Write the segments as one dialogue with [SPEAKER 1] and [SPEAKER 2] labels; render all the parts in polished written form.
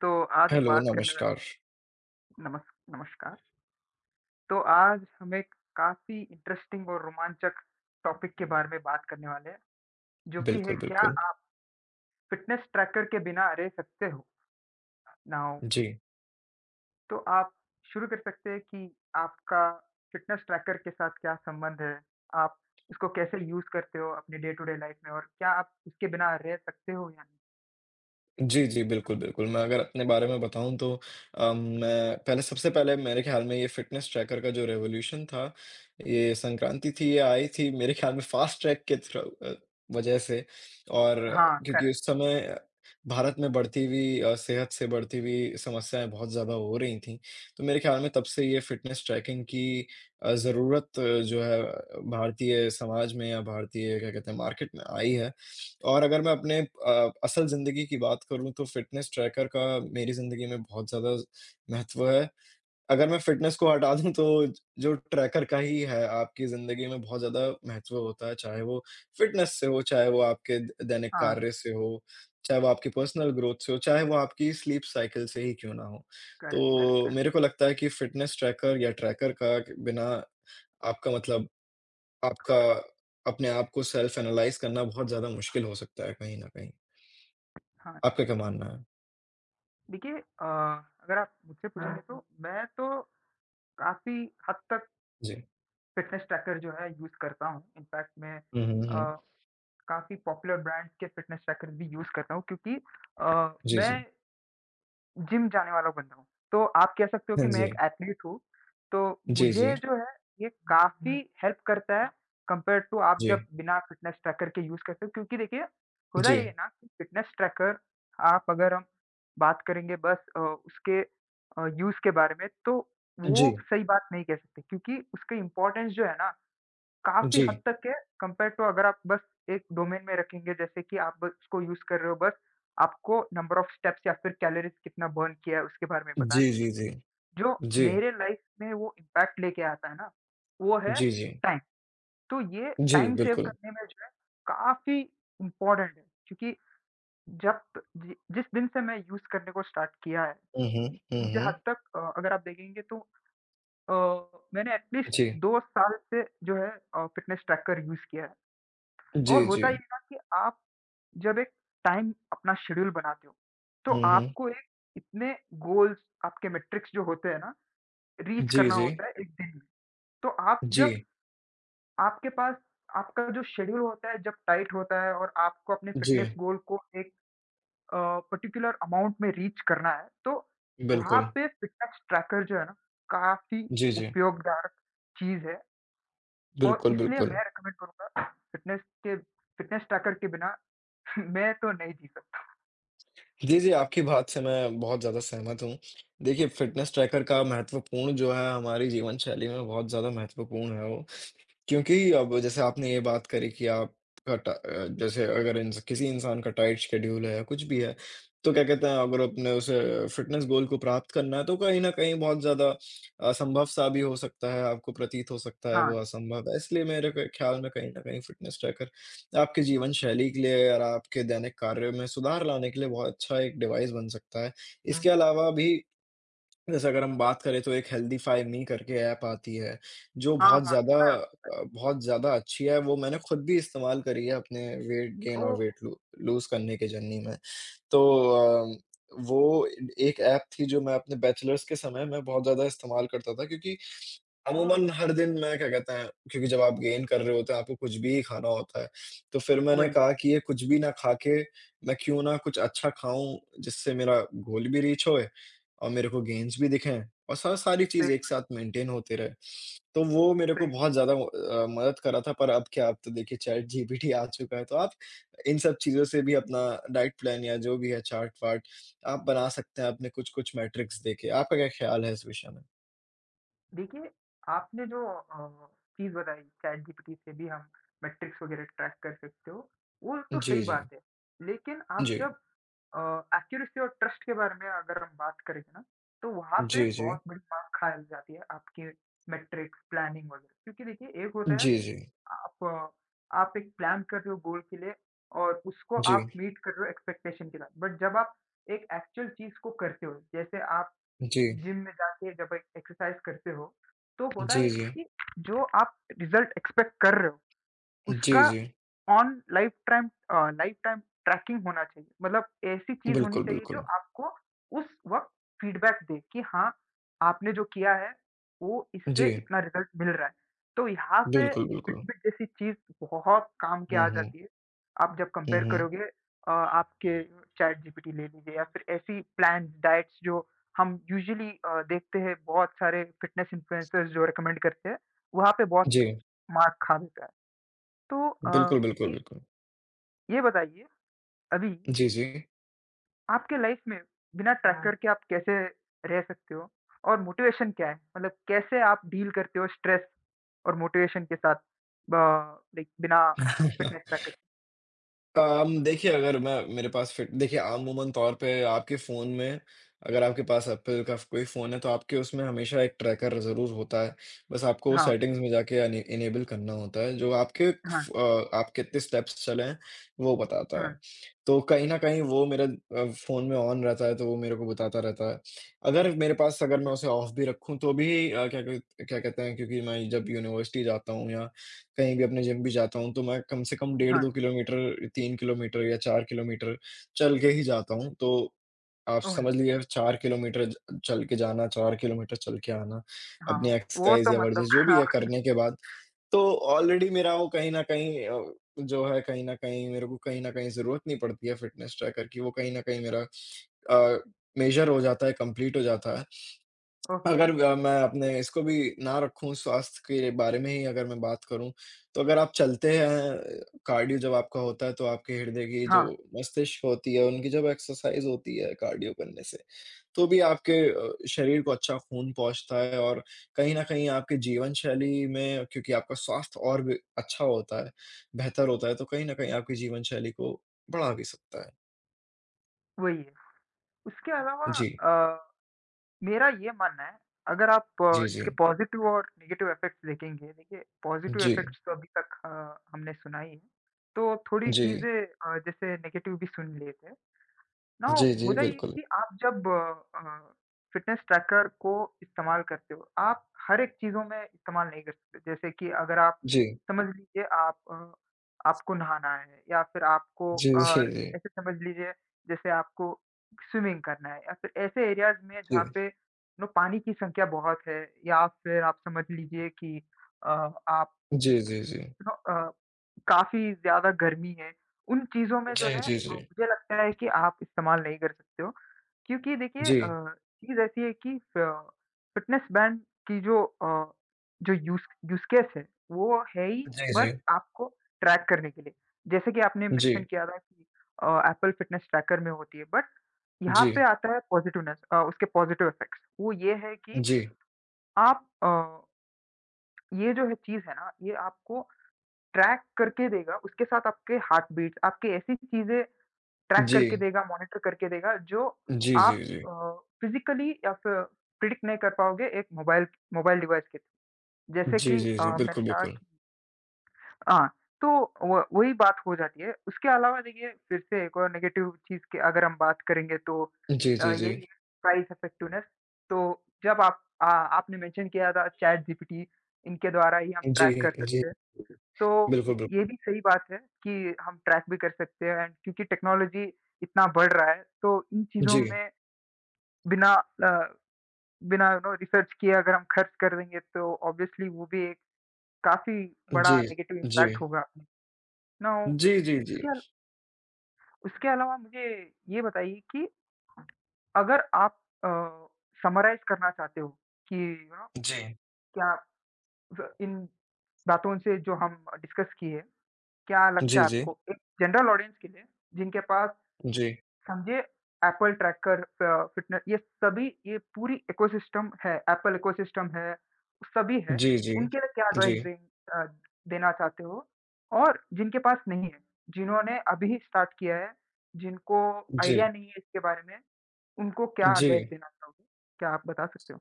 [SPEAKER 1] तो आज हम
[SPEAKER 2] हेलो,
[SPEAKER 1] बात करने वाले
[SPEAKER 2] नमस्कार।
[SPEAKER 1] नमस नमस्कार। तो आज हम एक काफ़ी इंटरेस्टिंग और रोमांचक टॉपिक के बारे में बात करने वाले हैं, जो कि है
[SPEAKER 2] बिल्कुल,
[SPEAKER 1] क्या
[SPEAKER 2] बिल्कुल।
[SPEAKER 1] आप फ़िटनेस ट्रैकर के बिना रह सकते हो? नाउ
[SPEAKER 2] जी।
[SPEAKER 1] तो आप शुरू कर सकते हैं कि आपका फ़िटनेस ट्रैकर के साथ क्या संबंध है? आप इसको कैसे यूज़ करते हो अपने डे टू डे लाइफ़ में और क्या आप इसके बिना रह सकते हो या नहीं?
[SPEAKER 2] जी, जी। बिल्कुल, बिल्कुल। मैं अगर अपने बारे में बताऊँ तो मैं पहले सबसे पहले मेरे ख़्याल में ये फ़िटनेस ट्रैकर का जो रेवोल्यूशन था, ये संक्रांति थी, ये आई थी मेरे ख़्याल में फ़ास्ट ट्रैक के थ्रू वजह से। और
[SPEAKER 1] हाँ,
[SPEAKER 2] क्योंकि
[SPEAKER 1] करेक्ट।
[SPEAKER 2] उस समय भारत में बढ़ती हुई सेहत से बढ़ती हुई समस्याएँ बहुत ज़्यादा हो रही थीं। तो मेरे ख़्याल में तब से ये फ़िटनेस ट्रैकिंग की ज़रूरत जो है भारतीय समाज में या भारतीय क्या कहते हैं मार्केट में आई है। और अगर मैं अपने असल ज़िंदगी की बात करूँ तो फ़िटनेस ट्रैकर का मेरी ज़िंदगी में बहुत ज़्यादा महत्व है। अगर मैं फ़िटनेस को हटा दूँ तो ज जो ट्रैकर का ही है आपकी ज़िंदगी में बहुत ज़्यादा महत्व होता है, चाहे वो फ़िटनेस से हो, चाहे वो आपके द दैनिक
[SPEAKER 1] हाँ,
[SPEAKER 2] कार्य से हो, चाहे वो आपकी पर्सनल ग्रोथ से हो, चाहे वो आपकी स्लीप साइकिल से ही क्यों ना हो।
[SPEAKER 1] करेक्ट, करेक्ट,
[SPEAKER 2] तो
[SPEAKER 1] करेक्ट।
[SPEAKER 2] मेरे को लगता है कि फ़िटनेस ट्रैकर या ट्रैकर का क बिना आपका मतलब आपका अपने आप को सेल्फ एनालाइज़ करना बहुत ज़्यादा मुश्किल हो सकता है कहीं न कहीं।
[SPEAKER 1] हाँ,
[SPEAKER 2] आपका क्या मानना है?
[SPEAKER 1] देखिए, अगर आप मुझसे पूछेंगे तो मैं तो काफ़ी हद तक
[SPEAKER 2] जी।
[SPEAKER 1] फ़िटनेस ट्रैकर जो है यूज़ करता हूँ। इनफ़ैक्ट मैं
[SPEAKER 2] हुँ, हुँ, हुँ।
[SPEAKER 1] काफ़ी पॉपुलर ब्रांड्स के फ़िटनेस ट्रैकर भी यूज़ करता हूँ, क्योंकि
[SPEAKER 2] जी,
[SPEAKER 1] मैं
[SPEAKER 2] जी।
[SPEAKER 1] जिम जाने वाला बंदा हूँ। तो आप कह सकते हो
[SPEAKER 2] हाँ
[SPEAKER 1] कि मैं एक
[SPEAKER 2] जी।
[SPEAKER 1] एथलीट हूँ। तो
[SPEAKER 2] जी, जी।
[SPEAKER 1] मुझे जो है ये काफ़ी हुँ। हेल्प करता है कंपेयर टू आप
[SPEAKER 2] जी।
[SPEAKER 1] जब बिना फ़िटनेस ट्रैकर के यूज़ करते हो, क्योंकि देखिए, होता ये है
[SPEAKER 2] जी।
[SPEAKER 1] ना कि फ़िटनेस ट्रैकर, आप अगर हम बात करेंगे बस उसके यूज़ के बारे में, तो
[SPEAKER 2] जी।
[SPEAKER 1] वो सही बात नहीं कह सकते, क्योंकि उसका इम्पोर्टेंस जो है ना काफ़ी
[SPEAKER 2] जी।
[SPEAKER 1] हद तक है कंपेयर टू अगर आप बस एक डोमेन में रखेंगे, जैसे कि आप बस इसको यूज़ कर रहे हो बस आपको नंबर ऑफ स्टेप्स या फिर कैलोरीज़ कितना बर्न किया है उसके बारे में
[SPEAKER 2] जी,
[SPEAKER 1] बताने के
[SPEAKER 2] जी,
[SPEAKER 1] लिए।
[SPEAKER 2] जी।
[SPEAKER 1] जो
[SPEAKER 2] जी।
[SPEAKER 1] मेरे लाइफ़ में वो इम्पैक्ट लेके आता है ना, वो है
[SPEAKER 2] जी, जी।
[SPEAKER 1] टाइम। तो ये
[SPEAKER 2] जी,
[SPEAKER 1] टाइम सेव
[SPEAKER 2] बिल्कुल।
[SPEAKER 1] करने में जो है काफ़ी इम्पोर्टेंट है, क्योंकि जब जि जिस दिन से मैं यूज़ करने को स्टार्ट किया है,
[SPEAKER 2] हुँ, हुँ। हुँ,
[SPEAKER 1] मुझे
[SPEAKER 2] हुँ।
[SPEAKER 1] हद तक, अगर आप देखेंगे तो अ, मैंने एटलीस्ट
[SPEAKER 2] जी।
[SPEAKER 1] 2 साल से जो है फ़िटनेस ट्रैकर यूज़ किया है। और
[SPEAKER 2] जी, जी।
[SPEAKER 1] होता ये है ना कि आप जब एक टाइम अपना शेड्यूल बनाते हो, तो
[SPEAKER 2] हुँ, हुँ।
[SPEAKER 1] आपको एक इतने गोल्स आपके मेट्रिक्स जो होते हैं ना, रीच
[SPEAKER 2] जी,
[SPEAKER 1] करना
[SPEAKER 2] जी।
[SPEAKER 1] होता है 1 दिन में। तो आप
[SPEAKER 2] जी।
[SPEAKER 1] जब आपके पास आपका जो शेड्यूल होता है, जब टाइट होता है और आपको अपने
[SPEAKER 2] जी।
[SPEAKER 1] फिटनेस गोल को एक अ, पर्टिकुलर अमाउंट में रीच करना है, तो वहाँ
[SPEAKER 2] बिल्कुल।
[SPEAKER 1] पे फिटनेस ट्रैकर जो है ना, काफ़ी
[SPEAKER 2] जी, जी।
[SPEAKER 1] उपयोगदार चीज़ है, और
[SPEAKER 2] बिल्कुल,
[SPEAKER 1] इसलिए
[SPEAKER 2] बिल्कुल।
[SPEAKER 1] मैं रिकमेंड करूँगा फिटनेस के फिटनेस ट्रैकर के बिना मैं तो नहीं जी सकता।
[SPEAKER 2] जी, जी, आपकी बात से मैं बहुत ज़्यादा सहमत हूँ। देखिए, फ़िटनेस ट्रैकर का महत्वपूर्ण जो है हमारी जीवन शैली में बहुत ज़्यादा महत्वपूर्ण है वो। क्योंकि अब जैसे आपने ये बात करी कि आपका जैसे अगर इंस किसी इंसान का टाइट शेड्यूल है या कुछ भी है, तो क्या कहते हैं अगर अपने उसे फ़िटनेस गोल को प्राप्त करना है तो कहीं न कहीं बहुत ज़्यादा असंभव-सा भी हो सकता है, आपको प्रतीत हो सकता है
[SPEAKER 1] हाँ,
[SPEAKER 2] वो असंभव है। इसलिए मेरे क ख़्याल में कहीं न कहीं फ़िटनेस ट्रैकर आपके जीवन शैली के लिए और आपके दैनिक कार्यों में सुधार लाने के लिए बहुत अच्छा एक डिवाइस बन सकता है।
[SPEAKER 1] हुँ।
[SPEAKER 2] इसके अलावा भी जैसे अगर हम बात करें तो एक हेल्दीफाई मी करके ऐप आती है, जो
[SPEAKER 1] हाँ,
[SPEAKER 2] बहुत
[SPEAKER 1] हाँ,
[SPEAKER 2] ज़्यादा
[SPEAKER 1] सुना है उसके
[SPEAKER 2] बहुत ज़्यादा अच्छी है, वो मैंने खुद भी इस्तेमाल करी है अपने वेट गेन
[SPEAKER 1] बारे,
[SPEAKER 2] और
[SPEAKER 1] ओह!
[SPEAKER 2] वेट लू लूज़ करने की जर्नी में। तो अ, वो एक ऐप थी जो मैं अपने बैचलर्स के समय में बहुत ज़्यादा इस्तेमाल करता था क्योंकि
[SPEAKER 1] हाँ,
[SPEAKER 2] अमूमन
[SPEAKER 1] हाँ,
[SPEAKER 2] हर दिन मैं क्या कहते हैं क्योंकि जब आप गेन कर रहे होते हैं, आपको कुछ भी ही खाना होता है। तो फिर मैंने
[SPEAKER 1] वही,
[SPEAKER 2] कहा कि ये कुछ भी ना खा के मैं क्यों ना कुछ अच्छा खाऊँ जिससे मेरा गोल भी रीच होए और मेरे को गेन्स भी दिखें और सा सारी
[SPEAKER 1] सही,
[SPEAKER 2] चीज़ एक साथ मेंटेन होते रहे। तो वो मेरे को
[SPEAKER 1] सही।
[SPEAKER 2] बहुत ज़्यादा मदद कर रहा था पर अब क्या, अब तो देखिए चैट जीपीटी आ चुका है, तो आप इन सब चीज़ों से भी अपना डाइट प्लान या जो भी है चार्ट-वार्ट आप बना सकते हैं अपने कुछ-कुछ मैट्रिक्स देके। आपका क्या ख़्याल है इस विषय में?
[SPEAKER 1] देखिए, आपने जो चीज़ बताई चैट जीपीटी से भी हम मैट्रिक्स वगैरह ट्रैक कर सकते हो, वो तो
[SPEAKER 2] जी,
[SPEAKER 1] सही
[SPEAKER 2] जी।
[SPEAKER 1] बात है। लेकिन आप
[SPEAKER 2] जी।
[SPEAKER 1] जब अ, एक्यूरेसी और ट्रस्ट के बारे में अगर हम बात करेंगे ना, तो वहाँ पे
[SPEAKER 2] जी, जी।
[SPEAKER 1] बहुत बड़ी मार खाई जाती है आपके मैट्रिक्स, प्लानिंग वगैरह। क्योंकि देखिए, एक होता है
[SPEAKER 2] जी, जी।
[SPEAKER 1] आप आप एक प्लान कर रहे हो गोल के लिए और उसको
[SPEAKER 2] जी।
[SPEAKER 1] आप मीट कर रहे हो एक्सपेक्टेशन के साथ। बट जब आप एक एक्चुअल चीज़ को करते हो, जैसे आप
[SPEAKER 2] जी।
[SPEAKER 1] जिम में जाके जब एक एक्सरसाइज़ करते हो, तो होता ये
[SPEAKER 2] जी,
[SPEAKER 1] है
[SPEAKER 2] जी।
[SPEAKER 1] ये कि जो आप रिज़ल्ट एक्सपेक्ट कर रहे हो
[SPEAKER 2] जी,
[SPEAKER 1] उसका
[SPEAKER 2] जी।
[SPEAKER 1] On life time, life time tracking होना चाहिए। मतलब ऐसी चीज़ होनी
[SPEAKER 2] बिल्कुल,
[SPEAKER 1] चाहिए जो
[SPEAKER 2] बिल्कुल।
[SPEAKER 1] आपको उस वक़्त फीडबैक दे कि हाँ, आपने जो किया है वो
[SPEAKER 2] जी।
[SPEAKER 1] इससे इतना रिज़ल्ट मिल रहा है। तो यहाँ पे
[SPEAKER 2] बिल्कुल, बिल्कुल।
[SPEAKER 1] फिटबिट जैसी चीज़ बहुत काम के
[SPEAKER 2] हुँ,
[SPEAKER 1] आ
[SPEAKER 2] हुँ।
[SPEAKER 1] जाती है। आप जब
[SPEAKER 2] हुँ,
[SPEAKER 1] कंपेयर
[SPEAKER 2] हुँ।
[SPEAKER 1] करोगे आपके चैटजीपीटी ले लीजिए या फिर ऐसी प्लान्स, डाइट्स जो हम यूजुअली देखते हैं बहुत सारे फिटनेस इन्फ्लुएंसर्स जो रिकमेंड करते हैं, वहाँ पे बहुत
[SPEAKER 2] जी।
[SPEAKER 1] मार खा देता है। तो
[SPEAKER 2] बिल्कुल, बिल्कुल,
[SPEAKER 1] ये
[SPEAKER 2] बिल्कुल।
[SPEAKER 1] ये बताइए अभी
[SPEAKER 2] जी, जी।
[SPEAKER 1] आपके लाइफ में बिना हाँ। ट्रैकर के आप कैसे रह सकते हो? और मोटिवेशन क्या है? मतलब कैसे आप डील करते हो स्ट्रेस और मोटिवेशन के साथ ब लाइक बिना फिटनेस ट्रैकर।
[SPEAKER 2] देखिए, अगर मैं मेरे पास फिर देखिए अमूमन तौर पे आपके फ़ोन में अगर आपके पास एप्पल का कोई फ़ोन है तो आपके उसमें हमेशा एक ट्रैकर ज़रूर होता है। बस आपको
[SPEAKER 1] हाँ,
[SPEAKER 2] सेटिंग्स में जाके अने इनेबल करना होता है जो
[SPEAKER 1] हाँ,
[SPEAKER 2] आप कितने स्टेप्स चले हैं वो बताता है।
[SPEAKER 1] हाँ,
[SPEAKER 2] तो कहीं न कहीं वो मेरा फ़ोन में ऑन रहता है तो वो मेरे को बताता रहता है। अगर मेरे पास अगर मैं
[SPEAKER 1] या,
[SPEAKER 2] उसे ऑफ भी रखूँ तो भी क्या कहते हैं क्योंकि मैं जब यूनिवर्सिटी जाता हूँ या कहीं भी अपने जिम भी जाता हूँ, तो मैं कम से कम डेढ़
[SPEAKER 1] हाँ,
[SPEAKER 2] 2 किलोमीटर, 3 किलोमीटर या 4 किलोमीटर चल के ही जाता हूँ। तो आप
[SPEAKER 1] ओह!
[SPEAKER 2] समझ लीजिए 4 किलोमीटर ज चल के जाना, 4 किलोमीटर चल के आना,
[SPEAKER 1] हाँ,
[SPEAKER 2] अपनी
[SPEAKER 1] वो
[SPEAKER 2] एक्सरसाइज़
[SPEAKER 1] तो
[SPEAKER 2] या
[SPEAKER 1] मतलब
[SPEAKER 2] वर्जिश जो भी
[SPEAKER 1] हाँ,
[SPEAKER 2] है करने के बाद, तो ऑलरेडी मेरा वो कहीं न कहीं जो है कहीं न कहीं मेरे को कहीं न कहीं ज़रूरत नहीं पड़ती है फ़िटनेस ट्रैकर की, वो कहीं न कहीं मेरा अ, मेज़र हो जाता है, कंप्लीट हो जाता है।
[SPEAKER 1] ओके,
[SPEAKER 2] अगर मैं अपने इसको भी ना रखूँ स्वास्थ्य के बारे में ही अगर मैं बात करूँ, तो अगर आप चलते हैं, कार्डियो जब आपका होता है तो आपके हृदय की
[SPEAKER 1] हाँ,
[SPEAKER 2] जो मस्तिष्क होती है, उनकी जब एक्सरसाइज़ होती है कार्डियो करने से, तो भी आपके शरीर को अच्छा खून पहुँचता है और कहीं न कहीं आपके जीवन शैली में क्योंकि आपका स्वास्थ्य और भी अच्छा होता है, बेहतर होता है, तो कहीं न कहीं आपकी जीवन शैली को बढ़ा भी सकता है।
[SPEAKER 1] वही है। उसके अलावा
[SPEAKER 2] जी,
[SPEAKER 1] अ मेरा ये मानना है, अगर आप
[SPEAKER 2] जी, जी।
[SPEAKER 1] इसके पॉज़िटिव और नेगेटिव इफ़ेक्ट्स देखेंगे, देखिए पॉज़िटिव
[SPEAKER 2] जी,
[SPEAKER 1] इफ़ेक्ट्स तो अभी तक हमने सुना ही है, तो थोड़ी
[SPEAKER 2] जी।
[SPEAKER 1] चीज़ें जैसे नेगेटिव भी सुन लिए थे। ना,
[SPEAKER 2] जी, जी,
[SPEAKER 1] होता ये है
[SPEAKER 2] बिल्कुल।
[SPEAKER 1] कि आप जब अ, फ़िटनेस ट्रैकर को इस्तेमाल करते हो, आप हर एक चीज़ों में इस्तेमाल नहीं कर सकते। जैसे कि अगर आप
[SPEAKER 2] जी।
[SPEAKER 1] समझ लीजिए आप, आपको नहाना है या फिर आपको,
[SPEAKER 2] जी, जी, जी।
[SPEAKER 1] ऐसे समझ लीजिए जैसे आपको स्विमिंग करना है या फिर ऐसे एरियाज़ में
[SPEAKER 2] जी।
[SPEAKER 1] जहाँ पे पानी की संख्या बहुत है, या फिर आप समझ लीजिए कि अ, आप,
[SPEAKER 2] जी, जी, जी।
[SPEAKER 1] यू नो अ, काफ़ी ज़्यादा गर्मी है, उन चीज़ों में जो
[SPEAKER 2] जी,
[SPEAKER 1] है
[SPEAKER 2] जी, जी।
[SPEAKER 1] मुझे लगता है कि आप इस्तेमाल नहीं कर सकते हो। क्योंकि देखिए,
[SPEAKER 2] जी।
[SPEAKER 1] चीज़ ऐसी है कि फ फिटनेस बैंड की जो, जो यूज़ यूज़ केस है, वो है ही
[SPEAKER 2] जी,
[SPEAKER 1] बस
[SPEAKER 2] जी।
[SPEAKER 1] आपको ट्रैक करने के लिए। जैसे कि आपने
[SPEAKER 2] जी।
[SPEAKER 1] मेंशन किया था कि एप्पल फिटनेस ट्रैकर में होती है, बट यहाँ
[SPEAKER 2] जी।
[SPEAKER 1] पे आता है पॉज़िटिवनेस, उसके पॉज़िटिव इफ़ेक्ट्स। वो ये है कि
[SPEAKER 2] जी।
[SPEAKER 1] आप, ये जो है चीज़ है ना, ये आपको ट्रैक करके देगा, उसके साथ आपके हार्ट बीट्स, आपके ऐसी चीज़ें ट्रैक
[SPEAKER 2] जी।
[SPEAKER 1] करके देगा, मॉनिटर करके देगा जो
[SPEAKER 2] जी, जी,
[SPEAKER 1] आप
[SPEAKER 2] जी।
[SPEAKER 1] फ़िज़िकली या फिर प्रिडिक्ट नहीं कर पाओगे एक मोबाइल मोबाइल डिवाइस के थ्रू। जैसे कि
[SPEAKER 2] जी, जी, जी।
[SPEAKER 1] मैंने
[SPEAKER 2] बिल्कुल,
[SPEAKER 1] कहा
[SPEAKER 2] बिल्कुल।
[SPEAKER 1] कि हाँ, तो व वही बात हो जाती है। उसके अलावा देखिए फिर से एक और नेगेटिव चीज़ की अगर हम बात करेंगे तो
[SPEAKER 2] जी, जी, जी।
[SPEAKER 1] यही है प्राइस इफ़ेक्टिवनेस। तो जब आप, आपने मेंशन किया था चैट जीपीटी इनके द्वारा ही हम
[SPEAKER 2] जी,
[SPEAKER 1] ट्रैक कर
[SPEAKER 2] जी।
[SPEAKER 1] सकते हैं।
[SPEAKER 2] बिल्कुल,
[SPEAKER 1] तो ये
[SPEAKER 2] बिल्कुल।
[SPEAKER 1] भी सही बात है कि हम ट्रैक भी कर सकते हैं एंड क्योंकि टेक्नोलॉज़ी इतना बढ़ रहा है, तो इन चीज़ों
[SPEAKER 2] जी।
[SPEAKER 1] में बिना अ, बिना रिसर्च किए अगर हम खर्च कर देंगे तो ऑब्वियसली वो भी एक काफ़ी बड़ा
[SPEAKER 2] जी।
[SPEAKER 1] नेगेटिव
[SPEAKER 2] जी।
[SPEAKER 1] इम्पैक्ट होगा। नाउ
[SPEAKER 2] जी, जी, जी।
[SPEAKER 1] उसके अल उसके अलावा मुझे ये बताइए कि अगर आप अ, समराइज़ करना चाहते हो कि
[SPEAKER 2] जी।
[SPEAKER 1] क्या व इन बातों से जो हम डिस्कस किए, क्या लगता
[SPEAKER 2] जी,
[SPEAKER 1] है
[SPEAKER 2] जी।
[SPEAKER 1] आपको एक जनरल ऑडियंस के लिए जिनके पास
[SPEAKER 2] जी।
[SPEAKER 1] समझिए एप्पल ट्रैकर, फिटनेस, ये सभी ये पूरी इकोसिस्टम है, एप्पल इकोसिस्टम है, सभी है,
[SPEAKER 2] जी, जी।
[SPEAKER 1] उनके लिए क्या एडवाइस
[SPEAKER 2] जी।
[SPEAKER 1] दें, अ, देना चाहते हो? और जिनके पास नहीं है, जिन्होंने अभी स्टार्ट किया है, जिनको
[SPEAKER 2] जी।
[SPEAKER 1] आइडिया नहीं है इसके बारे में, उनको
[SPEAKER 2] जी।
[SPEAKER 1] क्या
[SPEAKER 2] जी
[SPEAKER 1] एडवाइस देना चाहोगे? क्या आप बता सकते हो?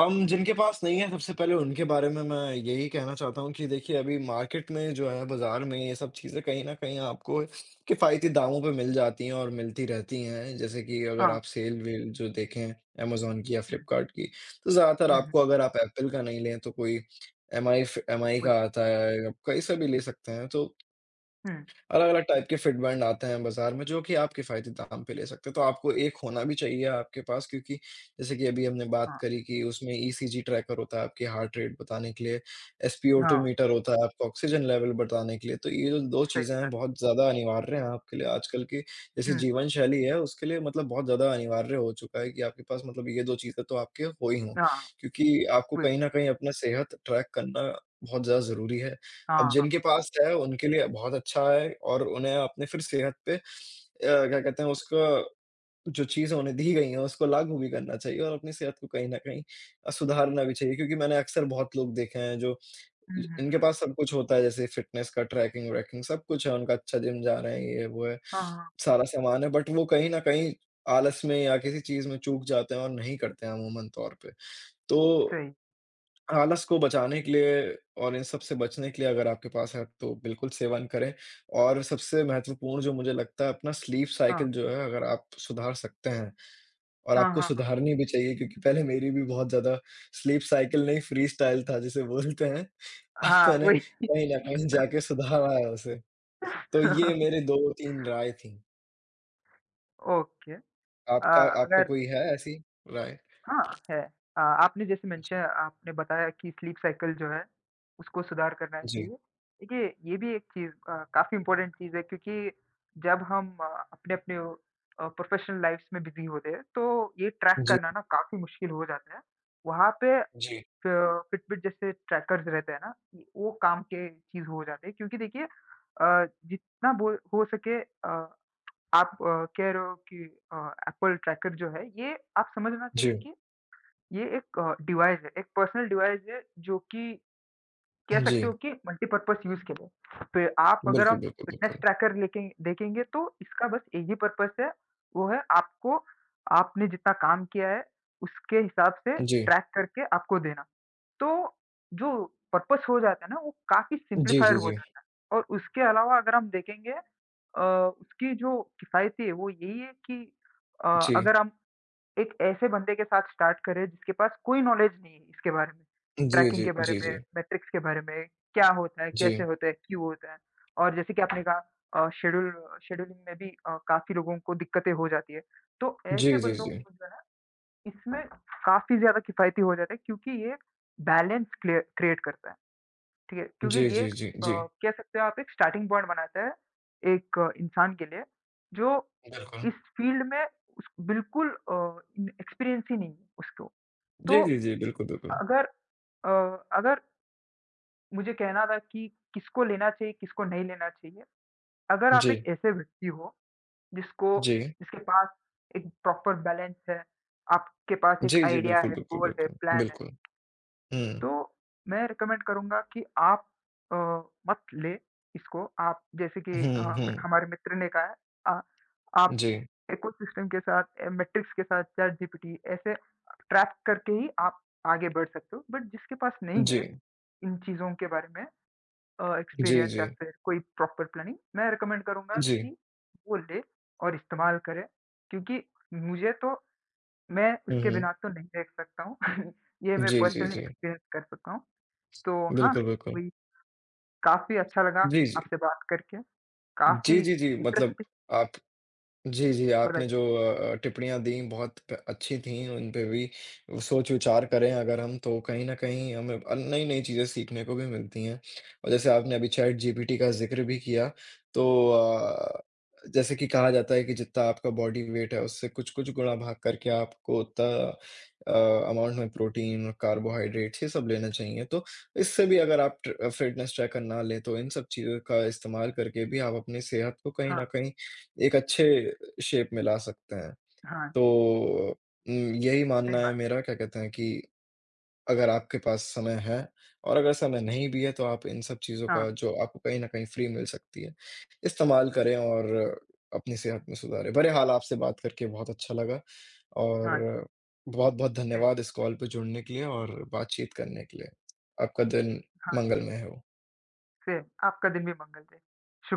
[SPEAKER 2] जिनके पास नहीं है, सबसे पहले उनके बारे में मैं यही कहना चाहता हूँ कि देखिए, अभी मार्केट में जो है, बाज़ार में ये सब चीज़ें कहीं न कहीं आपको किफ़ायती दामों पे मिल जाती हैं और मिलती रहती हैं। जैसे कि अगर
[SPEAKER 1] हाँ,
[SPEAKER 2] आप सेल-वेल जो देखें अमेज़न की या
[SPEAKER 1] हुँ,
[SPEAKER 2] फ्लिपकार्ट की, तो ज़्यादातर
[SPEAKER 1] हुँ, हुँ,
[SPEAKER 2] आपको अगर आप एप्पल का नहीं लें, तो कोई एमआई
[SPEAKER 1] वही,
[SPEAKER 2] का आता है, आप कहीं से भी ले सकते हैं, तो
[SPEAKER 1] हुँ,
[SPEAKER 2] अलग-अलग टाइप के फिट बैंड आते हैं बाज़ार में जो कि आप किफ़ायती दाम पे ले सकते हो, तो आपको एक होना भी चाहिए आपके पास क्योंकि जैसे कि अभी हमने बात
[SPEAKER 1] हाँ,
[SPEAKER 2] करी कि उसमें ईसीजी ट्रैकर होता है आपकी हार्ट रेट बताने के लिए, एसपीओ2
[SPEAKER 1] हाँ,
[SPEAKER 2] मीटर होता है आपका ऑक्सीजन लेवल बताने के लिए, तो ये जो 2
[SPEAKER 1] सही
[SPEAKER 2] चीज़ें हैं
[SPEAKER 1] बात
[SPEAKER 2] बहुत ज़्यादा अनिवार्य
[SPEAKER 1] है,
[SPEAKER 2] हैं आपके लिए आजकल की जैसी
[SPEAKER 1] हुँ,
[SPEAKER 2] जीवन शैली है उसके लिए, मतलब बहुत ज़्यादा अनिवार्य हो चुका है कि आपके पास मतलब ये 2 चीज़ें तो आपके हो ही हों,
[SPEAKER 1] हाँ,
[SPEAKER 2] क्योंकि आपको
[SPEAKER 1] वही,
[SPEAKER 2] कहीं न कहीं अपना सेहत ट्रैक करना बहुत ज़्यादा ज़रूरी है। अब
[SPEAKER 1] हाँ, हाँ।
[SPEAKER 2] जिनके
[SPEAKER 1] हाँ,
[SPEAKER 2] पास है उनके लिए बहुत अच्छा है और उन्हें आपने फिर सेहत पे क्या कहते हैं उसका जो चीज़ें उन्हें दी गई हैं उसको लागू भी करना चाहिए और अपनी सेहत को कहीं न कहीं सुधारना भी चाहिए क्योंकि मैंने अक्सर बहुत लोग देखे हैं जो
[SPEAKER 1] हुँ,
[SPEAKER 2] ज
[SPEAKER 1] हुँ,
[SPEAKER 2] इनके
[SPEAKER 1] हुँ,
[SPEAKER 2] पास
[SPEAKER 1] हुँ।
[SPEAKER 2] सब कुछ होता है जैसे फ़िटनेस का ट्रैकिंग व्रैकिंग सब कुछ है उनका, अच्छा जिम जा रहे हैं, ये वो है,
[SPEAKER 1] हाँ, हाँ,
[SPEAKER 2] सारा सामान है बट वो कहीं न कहीं आलस में या किसी चीज़ में चूक जाते हैं और नहीं करते हैं अमूमन तौर पे। तो
[SPEAKER 1] सही।
[SPEAKER 2] आलस को बचाने के लिए और इन सब से बचने के लिए अगर आपके पास है तो बिल्कुल सेवन करें और सबसे महत्वपूर्ण जो मुझे लगता है अपना स्लीप
[SPEAKER 1] हाँ,
[SPEAKER 2] साइकिल जो है अगर आप सुधार सकते हैं और
[SPEAKER 1] हाँ,
[SPEAKER 2] आपको
[SPEAKER 1] हाँ, हाँ।
[SPEAKER 2] सुधारनी भी चाहिए क्योंकि पहले मेरी भी बहुत ज़्यादा स्लीप साइकिल नहीं, फ्री स्टाइल था जिसे बोलते हैं। अब
[SPEAKER 1] हाँ,
[SPEAKER 2] मैंने
[SPEAKER 1] वही।
[SPEAKER 2] कहीं न कहीं जाके सुधारा है उसे। तो ये मेरे 2-3 राय थी।
[SPEAKER 1] ओके। अ,
[SPEAKER 2] आपका आपका
[SPEAKER 1] अगर,
[SPEAKER 2] कोई है ऐसी राय?
[SPEAKER 1] हाँ, है। आपने जैसे मेंशन
[SPEAKER 2] जी,
[SPEAKER 1] आपने बताया कि स्लीप साइकिल जो है, उसको सुधार करना
[SPEAKER 2] जी,
[SPEAKER 1] चाहिए। देखिए, ये भी एक चीज़, काफ़ी इम्पोर्टेंट चीज़ है, क्योंकि जब हम अपने-अपने, प्रोफ़ेशनल लाइफ़्स में बिज़ी होते हैं, तो ये ट्रैक
[SPEAKER 2] जी,
[SPEAKER 1] करना ना काफ़ी मुश्किल हो जाता है। वहाँ पे
[SPEAKER 2] जी,
[SPEAKER 1] फ फिटबिट जैसे ट्रैकर्स रहते हैं ना, वो काम के चीज़ हो जाते हैं, क्योंकि देखिए जितना बो हो सके, आप कह रहे हो कि अ, एप्पल ट्रैकर जो है, ये आप समझना
[SPEAKER 2] जी,
[SPEAKER 1] चाहिए कि ये एक, डिवाइस है, एक पर्सनल डिवाइस है जो कि कह सकते
[SPEAKER 2] जी।
[SPEAKER 1] हो कि मल्टीपर्पज़ यूज़ के लिए। तो आप अगर हम
[SPEAKER 2] बिल्कुल, बिल्कुल,
[SPEAKER 1] फिटनेस
[SPEAKER 2] बिल्कुल।
[SPEAKER 1] ट्रैकर लेके देखेंगे तो इसका बस एक ही पर्पज़ है, वो है आपको आपने जितना काम किया है, उसके हिसाब से
[SPEAKER 2] जी,
[SPEAKER 1] ट्रैक करके आपको देना। तो जो पर्पस हो जाता है ना वो काफ़ी
[SPEAKER 2] जी,
[SPEAKER 1] सिम्प्लीफाइड
[SPEAKER 2] जी,
[SPEAKER 1] हो
[SPEAKER 2] जी।
[SPEAKER 1] जाता है और उसके अलावा अगर हम देखेंगे, उसकी जो किफ़ायती है वो यही है कि अ,
[SPEAKER 2] जी।
[SPEAKER 1] अगर हम एक ऐसे बंदे के साथ स्टार्ट करें जिसके पास कोई नॉलेज नहीं है इसके बारे में,
[SPEAKER 2] जी,
[SPEAKER 1] ट्रैकिंग
[SPEAKER 2] जी,
[SPEAKER 1] के बारे
[SPEAKER 2] जी,
[SPEAKER 1] में,
[SPEAKER 2] जी।
[SPEAKER 1] मैट्रिक्स के बारे में, क्या होता है, कैसे
[SPEAKER 2] जी।
[SPEAKER 1] होता है, क्यों होता है? और जैसे कि आपने कहा, अ, शेड्यूल शेड्यूलिंग में भी काफ़ी लोगों को दिक्कतें हो जाती है। तो ऐसे
[SPEAKER 2] जी, जी,
[SPEAKER 1] बंदों
[SPEAKER 2] जी।
[SPEAKER 1] को जो है इसमें काफ़ी ज़्यादा किफ़ायती हो जाता है, क्योंकि ये बैलेंस क्लिय क्रिएट करता है, ठीक है? क्योंकि
[SPEAKER 2] जी,
[SPEAKER 1] ये
[SPEAKER 2] जी,
[SPEAKER 1] एक,
[SPEAKER 2] जी,
[SPEAKER 1] अ,
[SPEAKER 2] जी।
[SPEAKER 1] कह सकते हो आप एक स्टार्टिंग पॉइंट बनाता है, एक, इंसान के लिए जो
[SPEAKER 2] बिल्कुल।
[SPEAKER 1] इस फ़ील्ड में उस बिल्कुल, एक्सपीरियंस ही नहीं है उसको।
[SPEAKER 2] जी,
[SPEAKER 1] तो
[SPEAKER 2] जी, जी, बिल्कुल, बिल्कुल।
[SPEAKER 1] अगर अ, अगर मुझे कहना था कि किसको लेना चाहिए, किसको नहीं लेना चाहिए, अगर आप एक
[SPEAKER 2] जी,
[SPEAKER 1] ऐसे व्यक्ति हो जिसको
[SPEAKER 2] जी।
[SPEAKER 1] जिसके पास एक प्रॉपर बैलेंस है, आपके पास एक
[SPEAKER 2] जी, जी,
[SPEAKER 1] आइडिया
[SPEAKER 2] बिल्कुल,
[SPEAKER 1] है,
[SPEAKER 2] बिल्कुल,
[SPEAKER 1] गोल है,
[SPEAKER 2] बिल्कुल,
[SPEAKER 1] प्लान है।
[SPEAKER 2] बिल्कुल। हुँ।
[SPEAKER 1] तो मैं रिकमेंड करूँगा कि आप, अ, मत लें इसको, आप जैसे कि,
[SPEAKER 2] हुँ, हुँ।
[SPEAKER 1] हमारे मित्र ने कहा है, अ, आप
[SPEAKER 2] जी।
[SPEAKER 1] इकोसिस्टम के साथ, मैट्रिक्स के साथ, चैटजीपीटी ऐसे ट्रैक करके ही आप आगे बढ़ सकते हो। बट जिसके पास नहीं
[SPEAKER 2] जी।
[SPEAKER 1] है इन चीज़ों के बारे में,
[SPEAKER 2] जी,
[SPEAKER 1] एक्सपीरियंस या
[SPEAKER 2] जी।
[SPEAKER 1] फिर कोई प्रॉपर प्लानिंग, मैं रिकमेंड करूँगा
[SPEAKER 2] जी।
[SPEAKER 1] कि वो ले और इस्तेमाल करे, क्योंकि मुझे तो, मैं
[SPEAKER 2] हुँ,
[SPEAKER 1] उसके
[SPEAKER 2] हुँ।
[SPEAKER 1] बिना तो नहीं रह सकता हूँ। ये मैं
[SPEAKER 2] जी, जी,
[SPEAKER 1] पर्सनली
[SPEAKER 2] जी।
[SPEAKER 1] एक्सपीरियंस कर सकता हूँ। तो हाँ,
[SPEAKER 2] बिल्कुल, बिल्कुल।
[SPEAKER 1] वही, काफ़ी अच्छा लगा
[SPEAKER 2] जी, जी।
[SPEAKER 1] आपसे बात करके,
[SPEAKER 2] जी,
[SPEAKER 1] काफ़ी
[SPEAKER 2] जी, जी मतलब
[SPEAKER 1] इंटरेस्टिंग,
[SPEAKER 2] आप जी, जी,
[SPEAKER 1] बताइए।
[SPEAKER 2] आपने जो टिप्पणियाँ दी बहुत प अच्छी थी, उन पे भी सोच विचार करें अगर हम तो कहीं न कहीं हमें नई-नई चीज़ें सीखने को भी मिलती हैं। और जैसे आपने अभी चैट जीपीटी का ज़िक्र भी किया, तो जैसे कि कहा जाता है कि जितना आपका बॉडी वेट है उससे कुछ-कुछ गुणा भाग करके आपको उतना अ, अमाउंट में प्रोटीन और कार्बोहाइड्रेट्स ये सब लेना चाहिए। तो इससे भी अगर आप ट्र फिटनेस ट्रैकर ना लें तो इन सब चीज़ों का इस्तेमाल करके भी आप अपनी सेहत को कहीं
[SPEAKER 1] हाँ,
[SPEAKER 2] न कहीं एक अच्छे शेप में ला सकते हैं।
[SPEAKER 1] हाँ,
[SPEAKER 2] तो उम, यही मानना
[SPEAKER 1] सही
[SPEAKER 2] है
[SPEAKER 1] बात।
[SPEAKER 2] मेरा क्या कहते हैं कि अगर आपके पास समय है और अगर समय नहीं भी है तो आप इन सब चीज़ों
[SPEAKER 1] हाँ,
[SPEAKER 2] का जो आपको कहीं न कहीं फ्री मिल सकती है, इस्तेमाल करें और अपनी सेहत में सुधारें। बहरहाल आपसे बात करके बहुत अच्छा लगा और
[SPEAKER 1] हाँ,
[SPEAKER 2] बहुत-बहुत
[SPEAKER 1] सही,
[SPEAKER 2] धन्यवाद इस कॉल पे जुड़ने के लिए और बातचीत करने के लिए। आपका दिन
[SPEAKER 1] हाँ,
[SPEAKER 2] मंगलमय हो।
[SPEAKER 1] सेम। आपका दिन भी मंगल दे। शुभ